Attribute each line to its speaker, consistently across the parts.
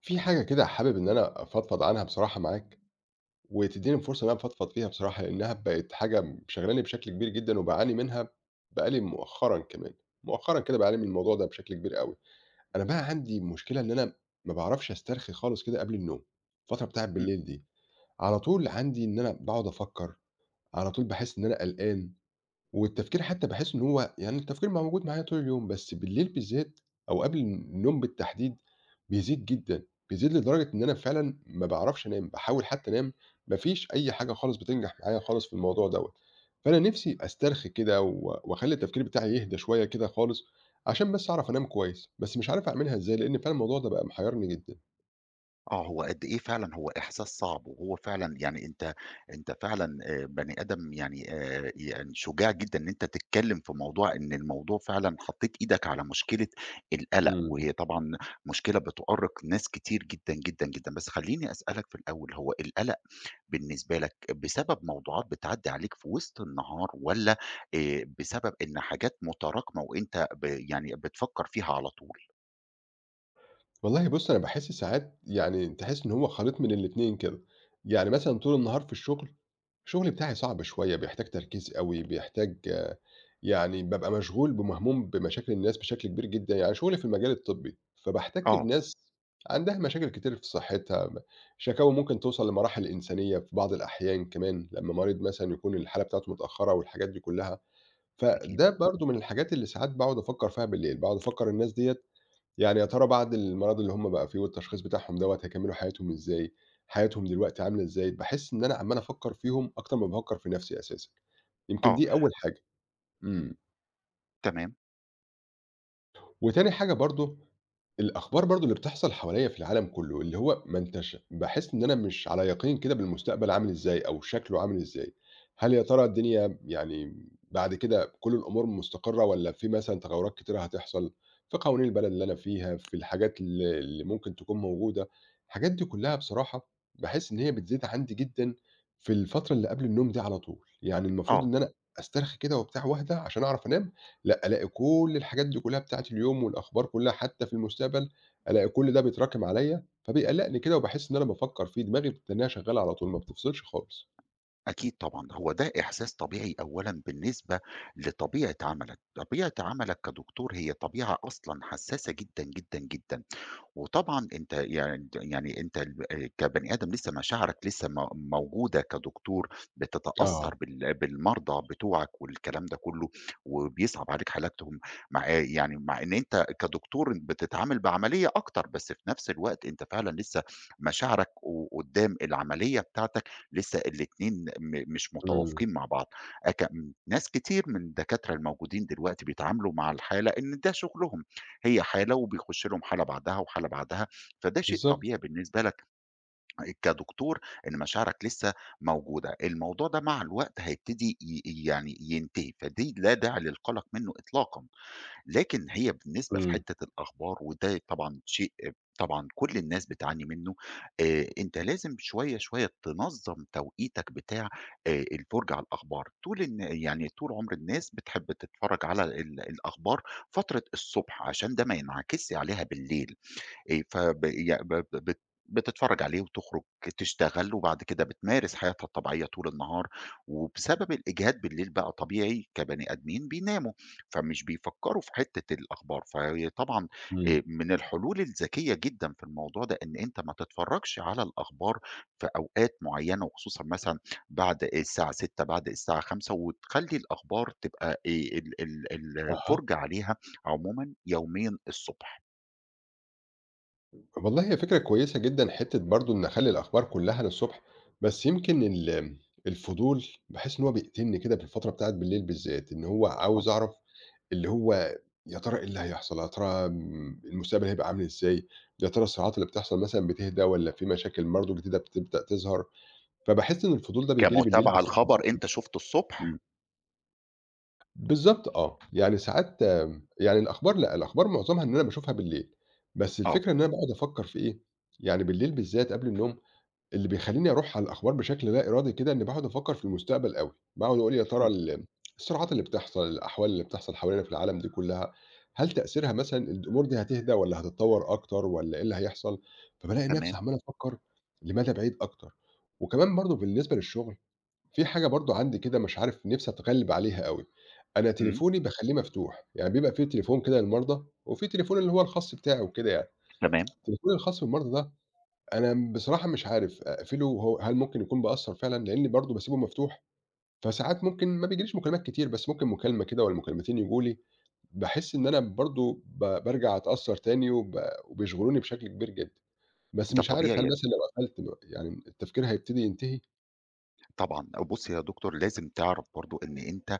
Speaker 1: في حاجة كده حابب إن أنا أفضفض عنها بصراحة معاك، وتدّيني فرصة إن أنا أفضفض فيها بصراحة، لإنها بقت حاجة شاغلاني بشكل كبير جدًا وباعاني منها بقى لي مؤخرًا كمان، مؤخرًا كده باعاني من الموضوع ده بشكل كبير أوي. أنا بقى عندي مشكلة إن أنا ما باعرفش أسترخي خالص كده قبل النوم، الفترة بتاعة
Speaker 2: إمم.
Speaker 1: بالليل دي، على طول عندي إن أنا باقعد أفكّر، على طول باحس إن أنا قلقان. والتفكير حتى باحس إن هو يعني التفكير ما هو موجود معايا طول اليوم، بس بالليل بالذات أو قبل النوم بالتحديد بيزيد جدًا، بيزيد لدرجة إن أنا فعلًا ما باعرفش أنام، باحاول حتى أنام ما فيش أي حاجة خالص بتنجح معايا خالص في الموضوع دوّة، فأنا نِفْسي أسترخي كده و وأخلّي التفكير بتاعي يهدى شوية كده خالص، عشان بس أعرف أنام كويس، بس مش عارف أعملها إزاي لإن فعلًا الموضوع ده بقى محيّرني جدًا.
Speaker 2: آه، هو قد إيه فعلًا هو إحساس صعب، وهو فعلًا يعني أنت فعلًا بني آدم يعني يعني شجاع جدًا إن أنت تتكلّم في موضوع إن الموضوع فعلًا حطّيت إيدك على مشكلة القلق،
Speaker 1: إمم.
Speaker 2: وهي طبعًا مشكلة بتؤرّق ناس كتير جدًا، جدًا، جدًا. بس خلّيني أسألك في الأول، هو القلق بالنسبة لك بسبب موضوعات بتعدّي عليك في وسط النهار والّا بسبب إن حاجات متراكمة وأنت يعني بتفكّر فيها على طول؟
Speaker 1: والله بُص، أنا باحس ساعات يعني تحس إن هو خليط من الاتنين كده، يعني مثلًا طول النهار في الشغل، الشغل بتاعي صعب شوية، بيحتاج تركيز أوي، بيحتاج يعني بابقى مشغول بمهموم بمشاكل الناس بشكل كبير جدًا، يعني شغلي في المجال الطبي، فباحتك
Speaker 2: آه،
Speaker 1: بناس عندها مشاكل كتير في صحتها، شكاوى ممكن توصل لمراحل إنسانية في بعض الأحيان كمان، لمّا مريض مثلًا يكون الحالة بتاعته متأخرة والحاجات دي كلها،
Speaker 2: أكيد.
Speaker 1: فده برضه من الحاجات اللي ساعات باقعد أفكر فيها بالليل، باقعد أفكر الناس ديّة يعني يا ترى بعد المرض اللي هم بقى فيه والتشخيص بتاعهم دوّة هيكمّلوا حياتهم إزاي، حياتهم دلوقتي عاملة إزاي؟ باحس إن أنا عمّال أفكّر فيهم أكتر ما بافكّر في نَفْسي أساسًا، يمكن
Speaker 2: آه،
Speaker 1: دي أول حاجة. إمم.
Speaker 2: تمام،
Speaker 1: وتاني حاجة برضه، الأخبار برضه اللي بتحصل حواليّا في العالم كلّه، اللي هو ما أنتش باحس إن أنا مش على يقين كده بالمستقبل عامل إزاي أو شكله عامل إزاي، هل يا ترى الدنيا يعني بعد كده كل الأمور مستقرة والّا في مثلًا تغيُّرات كتيرة هتحصل في قوانين البلد اللي أنا فيها، في الحاجات اللي ممكن تكون موجودة، الحاجات دي كلّها بصراحة باحس إن هي بتزيد عندي جدًا في الفترة اللي قبل النوم دي على طول، يعني المفروض
Speaker 2: آه.
Speaker 1: إن أنا أسترخي كده وبتاع واهدى عشان أعرف أنام لأ، ألاقي كل الحاجات دي كلها بتاعة اليوم والأخبار كلها حتى في المستقبل، ألاقي كل ده بيتراكم عليَّ، فبيقلّقني كده وباحس إن أنا بافكّر فيه، دماغي بتتنّيها شغّالة على طول ما بتفصلش خالص.
Speaker 2: أكيد طبعًا، هو ده إحساس طبيعي أولًا بالنسبة لطبيعة عملك، طبيعة عملك كدكتور هي طبيعة أصلًا حساسة جدًا، جدًا، جدًا. وطبعًا أنت يعني أنت ال كبني آدم لسه مشاعرك لسه موجودة كدكتور،
Speaker 1: آه،
Speaker 2: بتتأثّر بالمرضى بتوعك والكلام ده كلّه، وبيصعب عليك حالاتهم، مع يعني مع إن أنت كدكتور بتتعامل بعملية أكتر، بس في نفس الوقت أنت فعلًا لسه مشاعرك و قدّام العملية بتاعتك لسه الاتنين مش
Speaker 1: إمم،
Speaker 2: متوافقين مع بعض. أك ناس كتير من الدكاترة الموجودين دلوقتي بيتعاملوا مع الحالة إن ده شغلهم، هي حالة وبيخش لهم حالة بعدها وحالة بعدها، فده شيء
Speaker 1: بالضبط،
Speaker 2: طبيعي بالنسبة لك كدكتور إن مشاعرك لسه موجودة، الموضوع ده مع الوقت هيبتدي يعني ينتهي، فدي لا داعي للقلق منه إطلاقًا. لكن هي بالنسبة
Speaker 1: إمم،
Speaker 2: لحتّة الأخبار وده طبعًا شيء طبعًا كل الناس بتعاني منّه، أنت لازم شوية، شوية تنظّم توقيتك بتاع الفُرجة على الأخبار، طول الن يعني طول عُمر الناس بتحب تتفرّج على الأخبار فترة الصبح عشان ده ما ينعكسش عليها بالليل. فب يع ب ب بت بتتفرّج عليه وتخرج تشتغل، وبعد كده بتمارس حياتها الطبيعية طول النهار، وبسبب الإجهاد بالليل بقى طبيعي كبني آدمين بيناموا، فمش بيفكّروا في حتّة الأخبار، فهي طبعًا
Speaker 1: إمم،
Speaker 2: من الحلول الذكية جدًا في الموضوع ده إن أنت ما تتفرّجش على الأخبار في أوقات معيّنة، وخصوصًا مثلًا بعد الساعة 18:00 بعد الساعة 17:00 وتخلّي الأخبار تبقى ال ال
Speaker 1: أها.
Speaker 2: الفُرجة عليها عمومًا يوميًا الصبح.
Speaker 1: والله هي فكرة كويسة جدًا حتّة برضه إن أخلّي الأخبار كلّها للصبح، بس يمكن الفضول باحس إن هو بيقتلني كده في الفترة بتاعة بالليل بالذات، إن هو
Speaker 2: آه.
Speaker 1: عاوز أعرف اللي هو يا ترى إيه اللي هيحصل، يا ترى المستقبل هيبقى عامل إزاي، يا ترى الصراعات اللي بتحصل مثلًا بتهدى والّا في مشاكل برضه جديدة بتبدأ تظهر، فباحس إن الفضول ده بييجي لي بالليل
Speaker 2: كمتابعة
Speaker 1: بشكل
Speaker 2: لخبر أنت شُفته الصبح؟
Speaker 1: إمم، بالضبط آه، يعني ساعات يعني الأخبار لأ، الأخبار معظمها إن أنا باشوفها بالليل، بس
Speaker 2: آه،
Speaker 1: الفكرة إن أنا باقعد أفكّر في إيه، يعني بالليل بالذات قبل النوم اللي بيخلّيني أروح على الأخبار بشكل لا إرادي كده، إنّي باقعد أفكّر في المستقبل أوي، باقعد أقول يا ترى
Speaker 2: إمم،
Speaker 1: الصراعات اللي بتحصل، الأحوال اللي بتحصل حوالينا في العالم دي كلّها، هل تأثيرها مثلًا الأمور دي هتهدى والّا هتتطوّر أكتر والّا إيه اللي هيحصل؟ فبالاقي نفسي
Speaker 2: تمام،
Speaker 1: عمّال أفكّر لمدى بعيد أكتر. وكمان برضه بالنسبة للشغل، في حاجة برضه عندي كده مش عارف نفسي أتغلِّب عليها أوي، أنا
Speaker 2: إمم،
Speaker 1: تليفوني باخلّيه مفتوح، يعني بيبقى في تليفون كده للمرضى وفي تليفون اللي هو الخاص بتاعي وكده يعني،
Speaker 2: تمام،
Speaker 1: التليفون الخاص بالمرضى ده أنا بصراحة مش عارف أقفله هو هل ممكن يكون بأثّر فعلًا؟ لإني برضه باسيبه مفتوح، فساعات ممكن ما بيجيليش مكالمات كتير، بس ممكن مكالمة كده والّا مكالمتين ييجوا لي، باحس إن أنا برضه بارجع أتأثّر تاني وبيشغلوني بشكل كبير جدًا. بس
Speaker 2: ده
Speaker 1: مش عارف هل
Speaker 2: طبيعي
Speaker 1: مثلًا لو قفلت يعني التفكير هيبتدي ينتهي؟
Speaker 2: طبعًا. بُصّي يا دكتور، لازم تعرف برضه إن أنت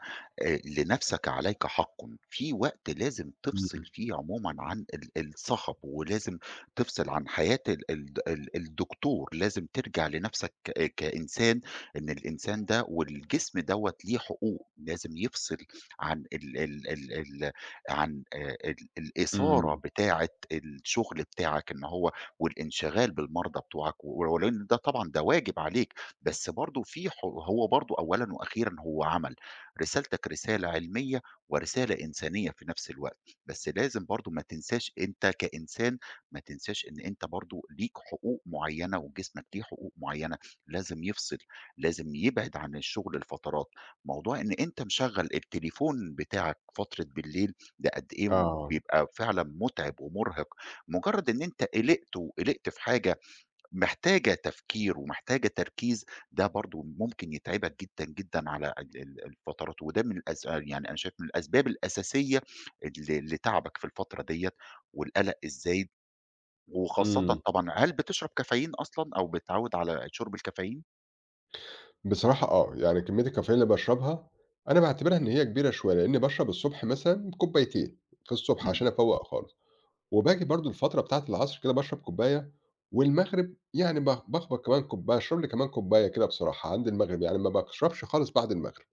Speaker 2: لنَفْسك عليك حَقٌّ. في وقت لازم تفصل
Speaker 1: إمم،
Speaker 2: فيه عمومًا عن الصَخب ولازم تفصل عن حياة ال ال ال الدكتور، لازم ترجع لنَفْسك كإنسان، إن الإنسان ده والجسم دوّة ليه حقوق، لازم يفصل عن ال ال ال ال عن ال الإثارة
Speaker 1: إمم،
Speaker 2: بتاعة الشغل بتاعك إن هو والانشغال بالمرضى بتوعك، ولو إن ده طبعًا ده واجب عليك. بس برضه في ح هو برضه أولًا وأخيرًا هو عمل، رسالتك رسالة علمية ورسالة إنسانية في نفس الوقت، بس لازم برضه ما تنساش أنت كإنسان ما تنساش إن أنت برضه ليك حقوق معيّنة وجسمك ليه حقوق معيّنة، لازم يفصل، لازم يبعد عن الشغل لفترات، موضوع إن أنت مشغّل التليفون بتاعك فترة بالليل ده قد إيه
Speaker 1: آه،
Speaker 2: بيبقى فعلًا مُتعب ومُرهق، مجرّد إن أنت قلقت وقلقت في حاجة محتاجة تفكير ومحتاجة تركيز، ده برضه ممكن يتعبك جدًا، جدًا على ال ال الفترات، وده من الأس يعني أنا شايف من الأسباب الأساسية لتعبك في الفترة ديّة، والقلق إزاي وخاصةً
Speaker 1: إمم.
Speaker 2: طبعًا هل بتشرب كافيين أصلًا أو بتتعود على شرب الكافيين؟
Speaker 1: بصراحة آه، يعني كمية الكافيين اللي باشربها أنا باعتبرها إن هي كبيرة شوية، لإني باشرب الصبح مثلًا كوبايتين في الصبح
Speaker 2: إمم،
Speaker 1: عشان أفوّق خالص. وباجي برضه الفترة بتاعة العصر كده باشرب كوباية، والمغرب يعني باخبط كمان كوباية باشرب لي كمان كوباية كده بصراحة عند المغرب، يعني ما باشربش خالص بعد المغرب،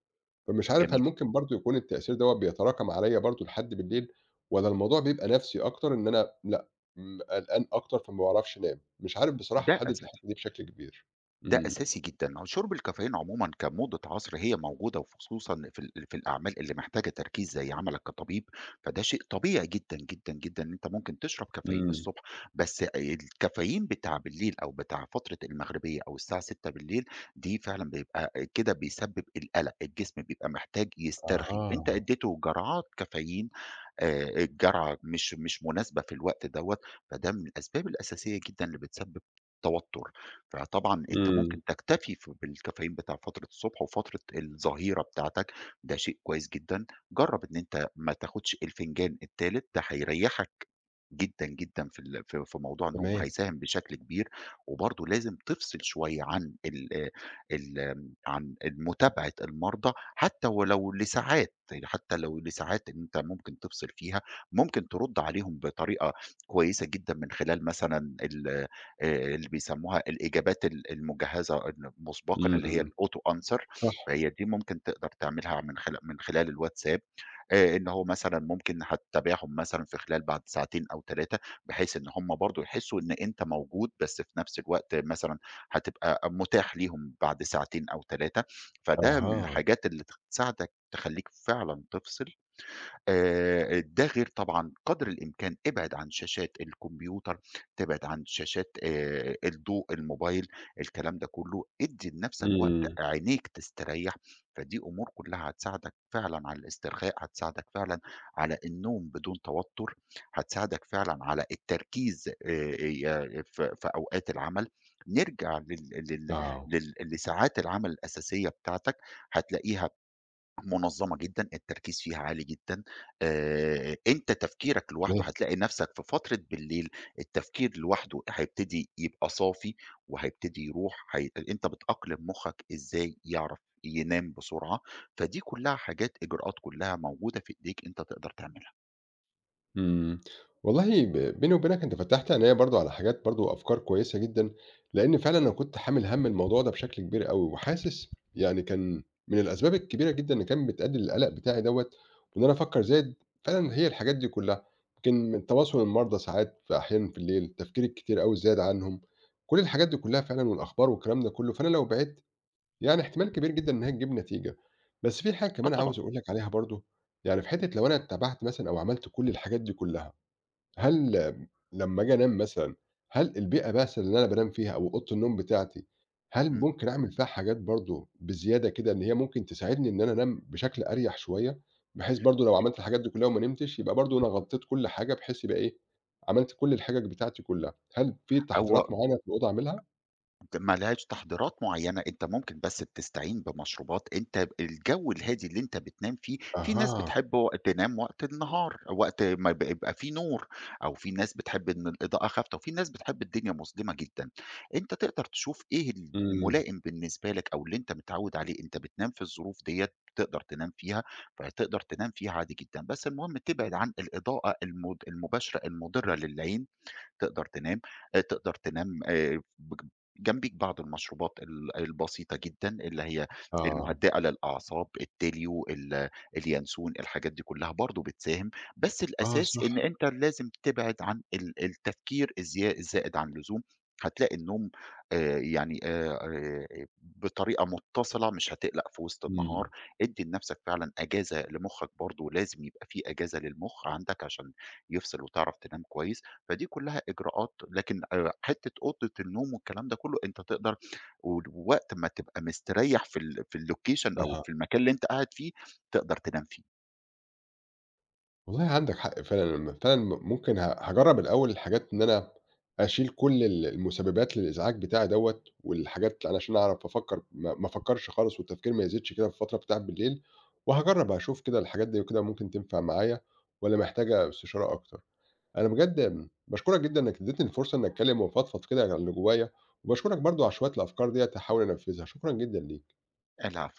Speaker 1: فمش عارف هل
Speaker 2: جميل،
Speaker 1: ممكن برضه يكون التأثير دوّة بيتراكم عليَّ برضه لحد بالليل، والّا الموضوع بيبقى نَفْسي أكتر إن أنا لأ، قلقان أكتر فما باعرفش أنام، مش عارف بصراحة
Speaker 2: ده
Speaker 1: أحدد الحتّة
Speaker 2: أساسي.
Speaker 1: دي بشكل كبير.
Speaker 2: ده
Speaker 1: إمم،
Speaker 2: أساسي جدًا، هو شُرب الكافيين عمومًا كمُضِة عصر هي موجودة وخصوصًا في الأعمال اللي محتاجة تركيز زي عملك كطبيب، فده شيء طبيعي جدًا، جدًا، جدًا إن أنت ممكن تشرب كافيين
Speaker 1: إمم،
Speaker 2: الصبح، بس الكافيين بتاع بالليل أو بتاع فترة المغربية أو الساعة 18:00 دي فعلًا بيبقى كده بيسبب القلق، الجسم بيبقى محتاج يسترخي، أنت
Speaker 1: أها،
Speaker 2: اديته جرعات كافيين الجرعة مش مناسبة في الوقت دوّة، فده من الأسباب الأساسية جدًا اللي بتسبب توتر. فطبعًا أنت
Speaker 1: إمم،
Speaker 2: ممكن تكتفي بالكافيين بتاع فترة الصبح وفترة الظهيرة بتاعتك، ده شيء كويس جدًا. جرّب إن أنت ما تاخدش الفنجان التالت، ده هيريّحك جدًا، جدًا في في موضوع النوم
Speaker 1: تمام،
Speaker 2: هيساهم بشكل كبير، وبرضه لازم تفصل شوية عن ال ال عن متابعة المرضى حتى ولو لساعات، حتى لو لساعات إن أنت ممكن تفصل فيها، ممكن ترُد عليهم بطريقة كويسة جدًا من خلال مثلًا ال اللي بيسموها الإجابات المجهزة مسبقًا اللي هي
Speaker 1: إمم،
Speaker 2: الauto answer
Speaker 1: صح،
Speaker 2: فهي دي ممكن تقدر تعملها من خلال الواتساب إن هو مثلًا ممكن هتتابعهم مثلًا في خلال بعد ساعتين أو 3 بحيث إن هم برضه يحسّوا إن أنت موجود، بس في نفس الوقت مثلًا هتبقى متاح ليهم بعد ساعتين أو 3 فده من
Speaker 1: أها،
Speaker 2: الحاجات اللي تساعدك تخلّيك فعلًا تفصل ده غير طبعًا قدر الإمكان ابعد عن شاشات الكمبيوتر، تبعد عن شاشات الضوء، الموبايل، الكلام ده كله، ادّي لنفْسك وقت
Speaker 1: إمم،
Speaker 2: عينيك تستريّح، فدي أمور كلّها هتساعدك فعلًا على الاسترخاء، هتساعدك فعلًا على النوم بدون توتُّر، هتساعدك فعلًا على التركيز ي ف في أوقات العمل، نرجع لل لل
Speaker 1: آه،
Speaker 2: لل لساعات العمل الأساسية بتاعتك، هتلاقيها منظمة جدًا، التركيز فيها عالي جدًا، أنت تفكيرك لوحده
Speaker 1: تمام.
Speaker 2: هتلاقي نفسك في فترة بالليل التفكير لوحده هيبتدي يبقى صافي، وهيبتدي يروح هي أنت بتأقلم مخّك إزاي يعرف ينام بسرعة، فدي كلها حاجات إجراءات كلها موجودة في إيديك أنت تقدر تعملها.
Speaker 1: إمم. والله بيني وبينك أنت فتّحت عينيّا برضه على حاجات برضه وأفكار كويسة جدًا، لإن فعلًا أنا كنت حامل هَم الموضوع ده بشكل كبير أوي، وحاسس يعني كان من الأسباب الكبيرة جدًا اللي كانت بتأدّي للقلق بتاعي دوّة، وإن أنا أفكّر زايد فعلًا هي الحاجات دي كلّها، يمكن من تواصل المرضى ساعات في أحيان في الليل، التفكير الكتير أوي الزايد عنهم، كل الحاجات دي كلّها فعلًا والأخبار والكلام ده كلّه، فأنا لو بعدت يعني احتمال كبير جدًا إنها تجيب نتيجة، بس في حاجة
Speaker 2: آه
Speaker 1: كمان
Speaker 2: طبعًا،
Speaker 1: عاوز أقول لك عليها برضه، يعني في حتّة لو أنا اتّبعت مثلًا أو عملت كل الحاجات دي كلّها، هل لمّا آجي أنام مثلًا، هل البيئة مثلًا اللي أنا بانام فيها أو أوضة النوم بتاعتي، هل
Speaker 2: إمم،
Speaker 1: ممكن أعمل فيها حاجات برضه بزيادة كده إن هي ممكن تساعدني إن أنا أنام بشكل أريح شوية، بحيث برضه لو
Speaker 2: إمم،
Speaker 1: عملت الحاجات دي كلّها وما نمتش يبقى برضه أنا غطّيت كل حاجة بحيث يبقى إيه، عملت كل الحِجَج بتاعتي كلّها، هل في تحضيرات
Speaker 2: هو
Speaker 1: معيّنة في الأوضة أعملها؟
Speaker 2: ما لهاش تحضيرات معيّنة، أنت ممكن بس بتستعين بمشروبات أنت الجو الهادي اللي أنت بتنام فيه، في ناس
Speaker 1: أها،
Speaker 2: بتحب و تنام وقت النهار، وقت ما بيبقى في نور، أو في ناس بتحب إن الإضاءة خافتة، وفي ناس بتحب الدنيا مظلمة جدًا. أنت تقدر تشوف إيه
Speaker 1: إمم،
Speaker 2: الملائم بالنسبة لك أو اللي أنت متعوّد عليه، أنت بتنام في الظروف ديّة، تقدر تنام فيها، فتقدر تنام فيها عادي جدًا، بس المهم تبعد عن الإضاءة المباشرة المضرة للعين تقدر تنام، تقدر تنام بج جنبيك بعض المشروبات البسيطة جدًا اللي هي
Speaker 1: آه،
Speaker 2: المهدئة للأعصاب، التِليو، اليانسون، الحاجات دي كلها برضه بتساهم، بس
Speaker 1: آه
Speaker 2: الأساس إن
Speaker 1: صح.
Speaker 2: أنت لازم تبعد عن التفكير الزائد عن اللزوم، هتلاقي النوم يعني بطريقة متصلة مش هتقلق في وسط النهار،
Speaker 1: إمم،
Speaker 2: ادّي لنفْسك فعلًا أجازة لمخّك برضه لازم يبقى في أجازة للمخ عندك عشان يفصل وتعرف تنام كويس. فدي كلّها إجراءات لكن حتّة أوضة النوم والكلام ده كلّه أنت تقدر وقت ما تبقى مستريّح في الlocation أو
Speaker 1: أها،
Speaker 2: في المكان اللي أنت قاعد فيه، تقدر تنام فيه.
Speaker 1: والله عندك حق فعلًا، لمّا فعلًا ممكن هاجرّب الأول الحاجات إن أنا أشيل كل ال المسببات للإزعاج بتاعي دوّة، والحاجات علشان أعرف أفكّر ما أفكّرش خالص والتفكير ما يزيدش كده في الفترة بتاعة بالليل، وهاجرّب هاشوف كده الحاجات دي وكده ممكن تنفع معايا والّا محتاجة استشارة أكتر. أنا بجد باشكرك جدًا إنك ادّيتني الفرصة إني أتكلّم وأفضفض كده عن اللي جوايا، وباشكرك برضه على شوية الأفكار ديّة هاحاول أنفّذها، شكرًا جدًا ليك.
Speaker 2: العفو.